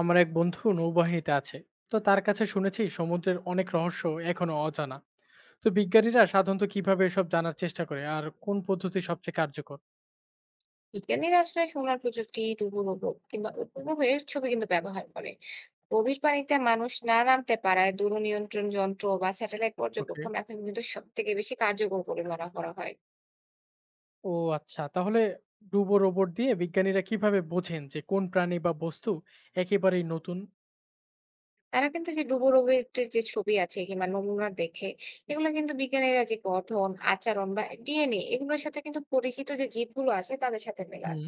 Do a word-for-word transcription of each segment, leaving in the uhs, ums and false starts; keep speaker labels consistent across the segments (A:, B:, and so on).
A: আমার এক বন্ধু নৌবাহিনীতে আছে, তো তার কাছে শুনেছি সমুদ্রের অনেক রহস্য এখনো অজানা। তো বিজ্ঞানীরা সাধারণত কিভাবে এসব জানার চেষ্টা করে আর কোন পদ্ধতি সবচেয়ে কার্যকর?
B: বিজ্ঞানীরা আসলে সোলার প্রযুক্তি ডুবোরোবট কিংবা উপগ্রহের ছবি কিন্তু ব্যবহার করে। গভীর পানিতে মানুষ না নামতে পারায় দূরনিয়ন্ত্রণ যন্ত্র বা স্যাটেলাইট
A: ওকে।
B: পর্যবেক্ষণ এখন কিন্তু সব থেকে বেশি কার্যকর বলে মনে করা হয়।
A: ও আচ্ছা, তাহলে ডুবো রোবট দিয়ে বিজ্ঞানীরা কিভাবে বোঝেন যে কোন প্রাণী বা বস্তু একেবারেই নতুন?
B: তারা কিন্তু যে ডুবোরোবটের যে ছবি আছে কিংবা নমুনা দেখে এগুলো কিন্তু বিজ্ঞানীরা যে গঠন আচরণ বা ডিএনএ এগুলোর সাথে কিন্তু পরিচিত যে জীবগুলো আছে তাদের সাথে মেলান।
A: হুম।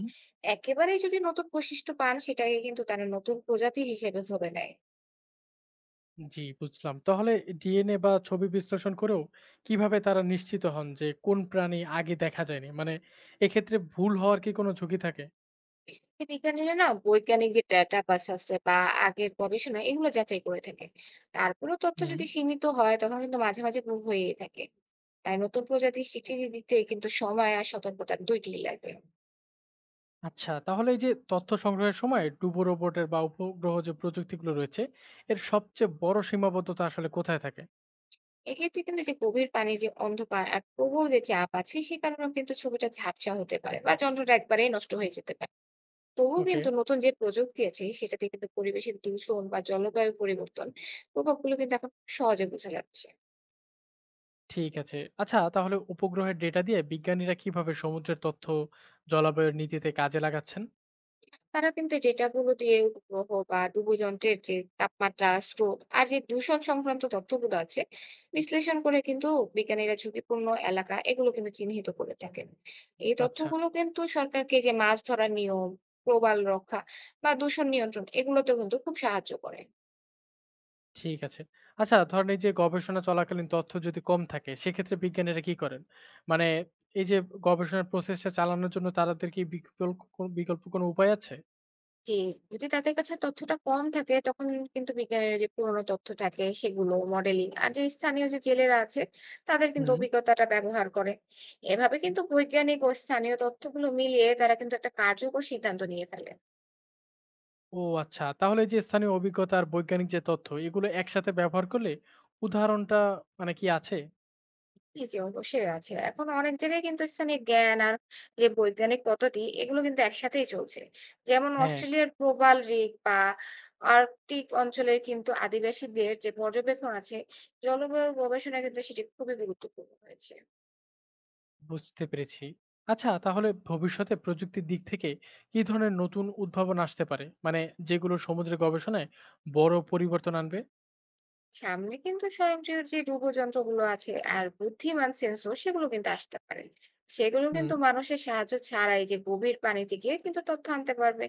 B: একেবারেই যদি নতুন বৈশিষ্ট্য পান সেটাকে কিন্তু তারা নতুন প্রজাতি হিসেবে ধরে নেয়।
A: জি বুঝলাম, তাহলে ডি এন এ বা ছবি বিশ্লেষণ করেও কিভাবে তারা নিশ্চিত হন যে কোন প্রাণী আগে দেখা যায়নি, মানে এক্ষেত্রে ভুল হওয়ার কি কোনো ঝুঁকি থাকে?
B: যে বিজ্ঞানীরা না বৈজ্ঞানিক যে ডেটা বাস আছে বা আগের গবেষণা এগুলো যাচাই করে থাকে। তারপরেও তথ্য
A: হুম।
B: যদি সীমিত হয় তখন কিন্তু মাঝে মাঝে ভুল হয়েই থাকে। তাই নতুন প্রজাতির স্বীকৃতি দিতে কিন্তু সময় আর সতর্কতা দুইটাই লাগে।
A: আচ্ছা, তাহলে এই যে তথ্য সংগ্রহের সময় ডুবো রোবটের বা উপগ্রহ যে প্রযুক্তিগুলো রয়েছে, এর সবচেয়ে বড় সীমাবদ্ধতা আসলে কোথায় থাকে?
B: এক্ষেত্রে কিন্তু যে গভীর পানির যে অন্ধকার আর প্রবল যে চাপ আছে সে কারণেও কিন্তু ছবিটা ঝাপসা হতে পারে বা যন্ত্রটা একবারেই নষ্ট হয়ে যেতে পারে। তবুও
A: ওকে।
B: কিন্তু নতুন যে প্রযুক্তি আছে সেটাতে কিন্তু পরিবেশের দূষণ বা জলবায়ু পরিবর্তন প্রভাবগুলো কিন্তু এখন সহজে বোঝা যাচ্ছে।
A: ঠিক আছে, আচ্ছা তাহলে উপগ্রহের ডেটা দিয়ে বিজ্ঞানীরা কিভাবে সমুদ্রের তথ্য জলবায়ুর নীতিতে কাজে লাগাচ্ছেন?
B: তারা কিন্তু ডেটাগুলো দিয়ে উপগ্রহ বা ডুবোযন্ত্রের যে তাপমাত্রা স্রোত আর যে দূষণ সংক্রান্ত তথ্যগুলো আছে বিশ্লেষণ করে কিন্তু বিজ্ঞানীরা ঝুঁকিপূর্ণ এলাকা এগুলো কিন্তু চিহ্নিত করে থাকেন। এই
A: আচ্ছা।
B: তথ্যগুলো কিন্তু সরকারকে যে মাছ ধরার নিয়ম, প্রবাল রক্ষা বা দূষণ নিয়ন্ত্রণ এগুলোতেও কিন্তু খুব সাহায্য করে।
A: ঠিক আছে। আচ্ছা, ধরেন এই যে গবেষণা চলাকালীন তথ্য যদি কম থাকে সেক্ষেত্রে বিজ্ঞানীরা কি করেন, মানে এই যে গবেষণার প্রসেসটা চালানোর জন্য তাদের কি বিকল্প কোনো- বিকল্প কোনো উপায় আছে?
B: জি, যদি তাদের কাছে তথ্যটা কম থাকে তখন কিন্তু বিজ্ঞানের যে পুরোনো তথ্য থাকে সেগুলো মডেলিং আর যে স্থানীয় যে জেলেরা আছে তাদের কিন্তু
A: হুম।
B: অভিজ্ঞতাটা ব্যবহার করে। এভাবে কিন্তু বৈজ্ঞানিক ও স্থানীয় তথ্যগুলো মিলিয়ে তারা কিন্তু একটা কার্যকর সিদ্ধান্ত নিয়ে ফেলে।
A: ও আচ্ছা। তাহলে এই যে স্থানীয় অভিজ্ঞতা আর বৈজ্ঞানিক যে তথ্য, এগুলো একসাথে ব্যবহার করলে উদাহরণটা মানে কি আছে?
B: জি, জি, অবশ্যই আছে। এখন অনেক জায়গায় কিন্তু স্থানীয় জ্ঞান আর যে বৈজ্ঞানিক পদ্ধতি এগুলো কিন্তু একসাথেই চলছে। যেমন
A: হ্যাঁ,
B: অস্ট্রেলিয়ার প্রবাল রিক বা আর্কটিক অঞ্চলের কিন্তু আদিবাসীদের যে পর্যবেক্ষণ আছে, জলবায়ু গবেষণায় কিন্তু সেটি খুবই গুরুত্বপূর্ণ হয়েছে।
A: বুঝতে পেরেছি। আচ্ছা, তাহলে ভবিষ্যতে প্রযুক্তির দিক থেকে কি ধরনের নতুন উদ্ভাবন আসতে পারে? মানে যেগুলো সমুদ্র গবেষণায় বড় পরিবর্তন আনবে?
B: সামনে কিন্তু স্বয়ংক্রিয় যে ডুবোযন্ত্রগুলো আছে আর বুদ্ধিমান সেন্সর সেগুলো কিন্তু আসতে পারে। সেগুলো
A: হুম।
B: কিন্তু মানুষের সাহায্য ছাড়াই যে গভীর পানিতে গিয়ে কিন্তু তথ্য আনতে পারবে।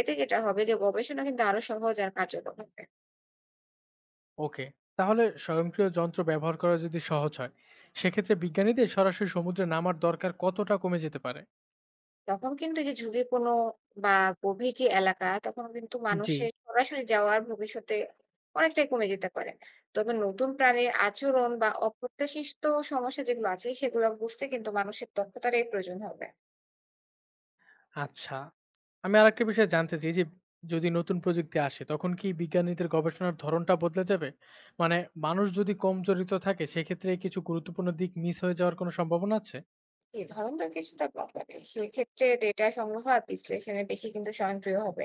B: এতে যেটা হবে যে গবেষণা কিন্তু আরো সহজ আর কার্যকর হবে।
A: ওকে। তাহলে স্বয়ংক্রিয় যন্ত্র ব্যবহার করা যদি সহজ হয়, সেক্ষেত্রে বিজ্ঞানীদের সরাসরি সমুদ্রে নামার দরকার কতটা কমে যেতে পারে?
B: তখন কিন্তু এই যে ঝুঁকিপূর্ণ বা গভীর যে এলাকা, তখন কিন্তু
A: জি।
B: মানুষের সরাসরি যাওয়ার ভবিষ্যতে অনেকটাই কমে যেতে পারে। তবে নতুন প্রাণীর আচরণ বা অপ্রত্যাশিত সমস্যা যেগুলো আছে, সেগুলো বুঝতে কিন্তু মানুষের দক্ষতারই প্রয়োজন হবে।
A: আচ্ছা। আমি আরেকটা বিষয় জানতে চাই যে, যদি নতুন প্রযুক্তি আসে তখন কি বিজ্ঞানীদের গবেষণার ধরনটা বদলে যাবে? মানে মানুষ যদি কম জড়িত থাকে সেক্ষেত্রে কিছু গুরুত্বপূর্ণ দিক মিস হয়ে যাওয়ার কোনো সম্ভাবনা আছে?
B: জি, ধরনটা কিছুটা বদলাবে। সেক্ষেত্রে ডেটা সংগ্রহ আর বিশ্লেষণে বেশি কিন্তু স্বয়ংক্রিয় হবে।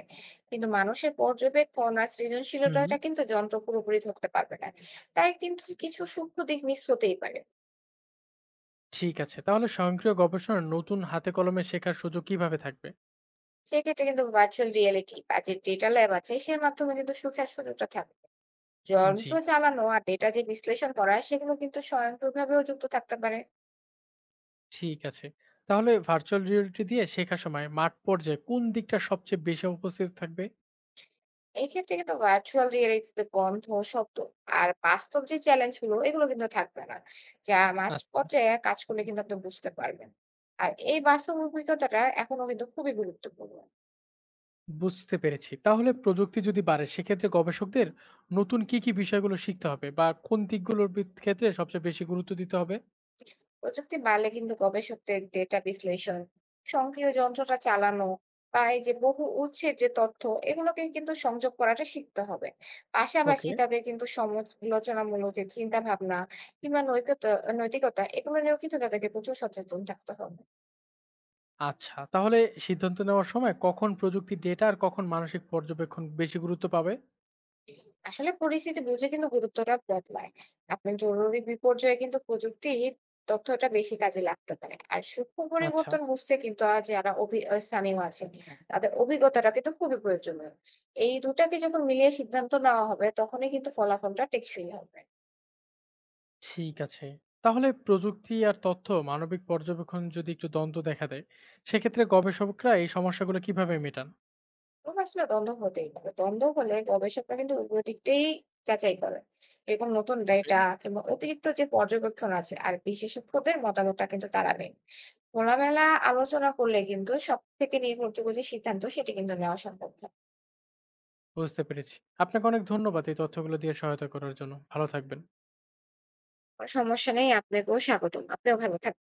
B: কিন্তু মানুষের পর্যবেক্ষণ আর
A: হুম।
B: সৃজনশীলতাটা কিন্তু যন্ত্র পুরোপুরি ধরতে পারবে না। তাই কিন্তু কিছু সূক্ষ্ম দিক মিস হতেই পারে।
A: ঠিক আছে। তাহলে স্বয়ংক্রিয় গবেষণার নতুন হাতে কলমে শেখার সুযোগ কিভাবে থাকবে?
B: সেক্ষেত্রে কিন্তু ভার্চুয়াল রিয়েলিটি বা যে ডেটা ল্যাব আছে সের মাধ্যমে কিন্তু সুখের সুযোগটা থাকবে।
A: জি,
B: যন্ত্র চালানো আর ডেটা যে বিশ্লেষণ করা সেগুলো কিন্তু স্বয়ংক্রিয়ভাবেও যুক্ত থাকতে পারে।
A: ঠিক আছে। তাহলে ভার্চুয়াল রিয়েলিটি দিয়ে শেখার সময় মাঠ পর্যায়ে কোন দিকটা সবচেয়ে বেশি উপস্থিত থাকবে?
B: এই ক্ষেত্রে কিন্তু ভার্চুয়াল রিয়েলিটিতে গন্ধ, শব্দ আর বাস্তব যে চ্যালেঞ্জগুলো এগুলো কিন্তু থাকবে না, যা মাঝপথে কাজ করলে কিন্তু আপনি বুঝতে পারবেন। আর এই বাস্তব অভিজ্ঞতাটা এখনো কিন্তু খুবই গুরুত্বপূর্ণ।
A: বুঝতে পেরেছি। তাহলে প্রযুক্তি যদি বাড়ে সেক্ষেত্রে গবেষকদের নতুন কি, কি বিষয়গুলো শিখতে হবে বা কোন দিকগুলোর বি ক্ষেত্রে সবচেয়ে বেশি গুরুত্ব দিতে হবে?
B: প্রযুক্তি বাড়লে কিন্তু গবেষকদের ডেটা বিশ্লেষণ, সক্রিয় যন্ত্রটা চালানো বা এই যে বহু উৎসের যে তথ্য এগুলোকে কিন্তু সংযোগ করাটা শিখতে হবে। পাশাপাশি
A: ওকে।
B: তাদের কিন্তু সমালোচনামূলক যে চিন্তা ভাবনা কিংবা নৈতিকতা নৈতিকতা এগুলো নিয়েও কিন্তু তাদেরকে প্রচুর সচেতন থাকতে হবে।
A: আচ্ছা, তাহলে সিদ্ধান্ত নেওয়ার সময় কখন প্রযুক্তির ডেটা আর কখন মানসিক পর্যবেক্ষণ বেশি গুরুত্ব পাবে?
B: আসলে পরিস্থিতি বুঝে কিন্তু গুরুত্বটা বদলায়। আপনার জরুরি বিপর্যয়ে কিন্তু প্রযুক্তি তথ্যটা বেশি কাজে লাগতে পারে আর সূক্ষ্ম
A: আচ্ছা,
B: পরিবর্তন বুঝতে কিন্তু আজ যারা অভি- আহ স্থানীয় আছেন তাদের অভিজ্ঞতাটা কিন্তু খুবই প্রয়োজনীয়। এই দুটাকে যখন মিলিয়ে সিদ্ধান্ত নেওয়া হবে তখনই কিন্তু ফলাফলটা টেকসই হবে।
A: ঠিক আছে। তাহলে প্রযুক্তি আর তথ্য মানবিক পর্যবেক্ষণ যদি একটু দ্বন্দ্ব দেখা দেয়, সেক্ষেত্রে গবেষকরা এই সমস্যাগুলো কিভাবে মেটান?
B: এরকম আসলে দ্বন্দ্ব হতেই পারে। দ্বন্দ্ব হলে গবেষকরা কিন্তু উভয় দিকটাই যাচাই করেন। এরকম নতুন
A: ওকে।
B: ডেটা কিংবা অতিরিক্ত যে পর্যবেক্ষণ আছে আর বিশেষজ্ঞদের মতামতটা কিন্তু তারা নেন। খোলামেলা আলোচনা করলে কিন্তু সব থেকে নির্ভরযোগ্য যে সিদ্ধান্ত সেটি কিন্তু নেওয়া সম্ভব হয়।
A: বুঝতে পেরেছি। আপনাকে অনেক ধন্যবাদ এই তথ্যগুলো দিয়ে সহায়তা করার জন্য। ভালো থাকবেন।
B: কোনো সমস্যা নেই, আপনাকেও স্বাগতম। আপনিও ভালো থাকবেন।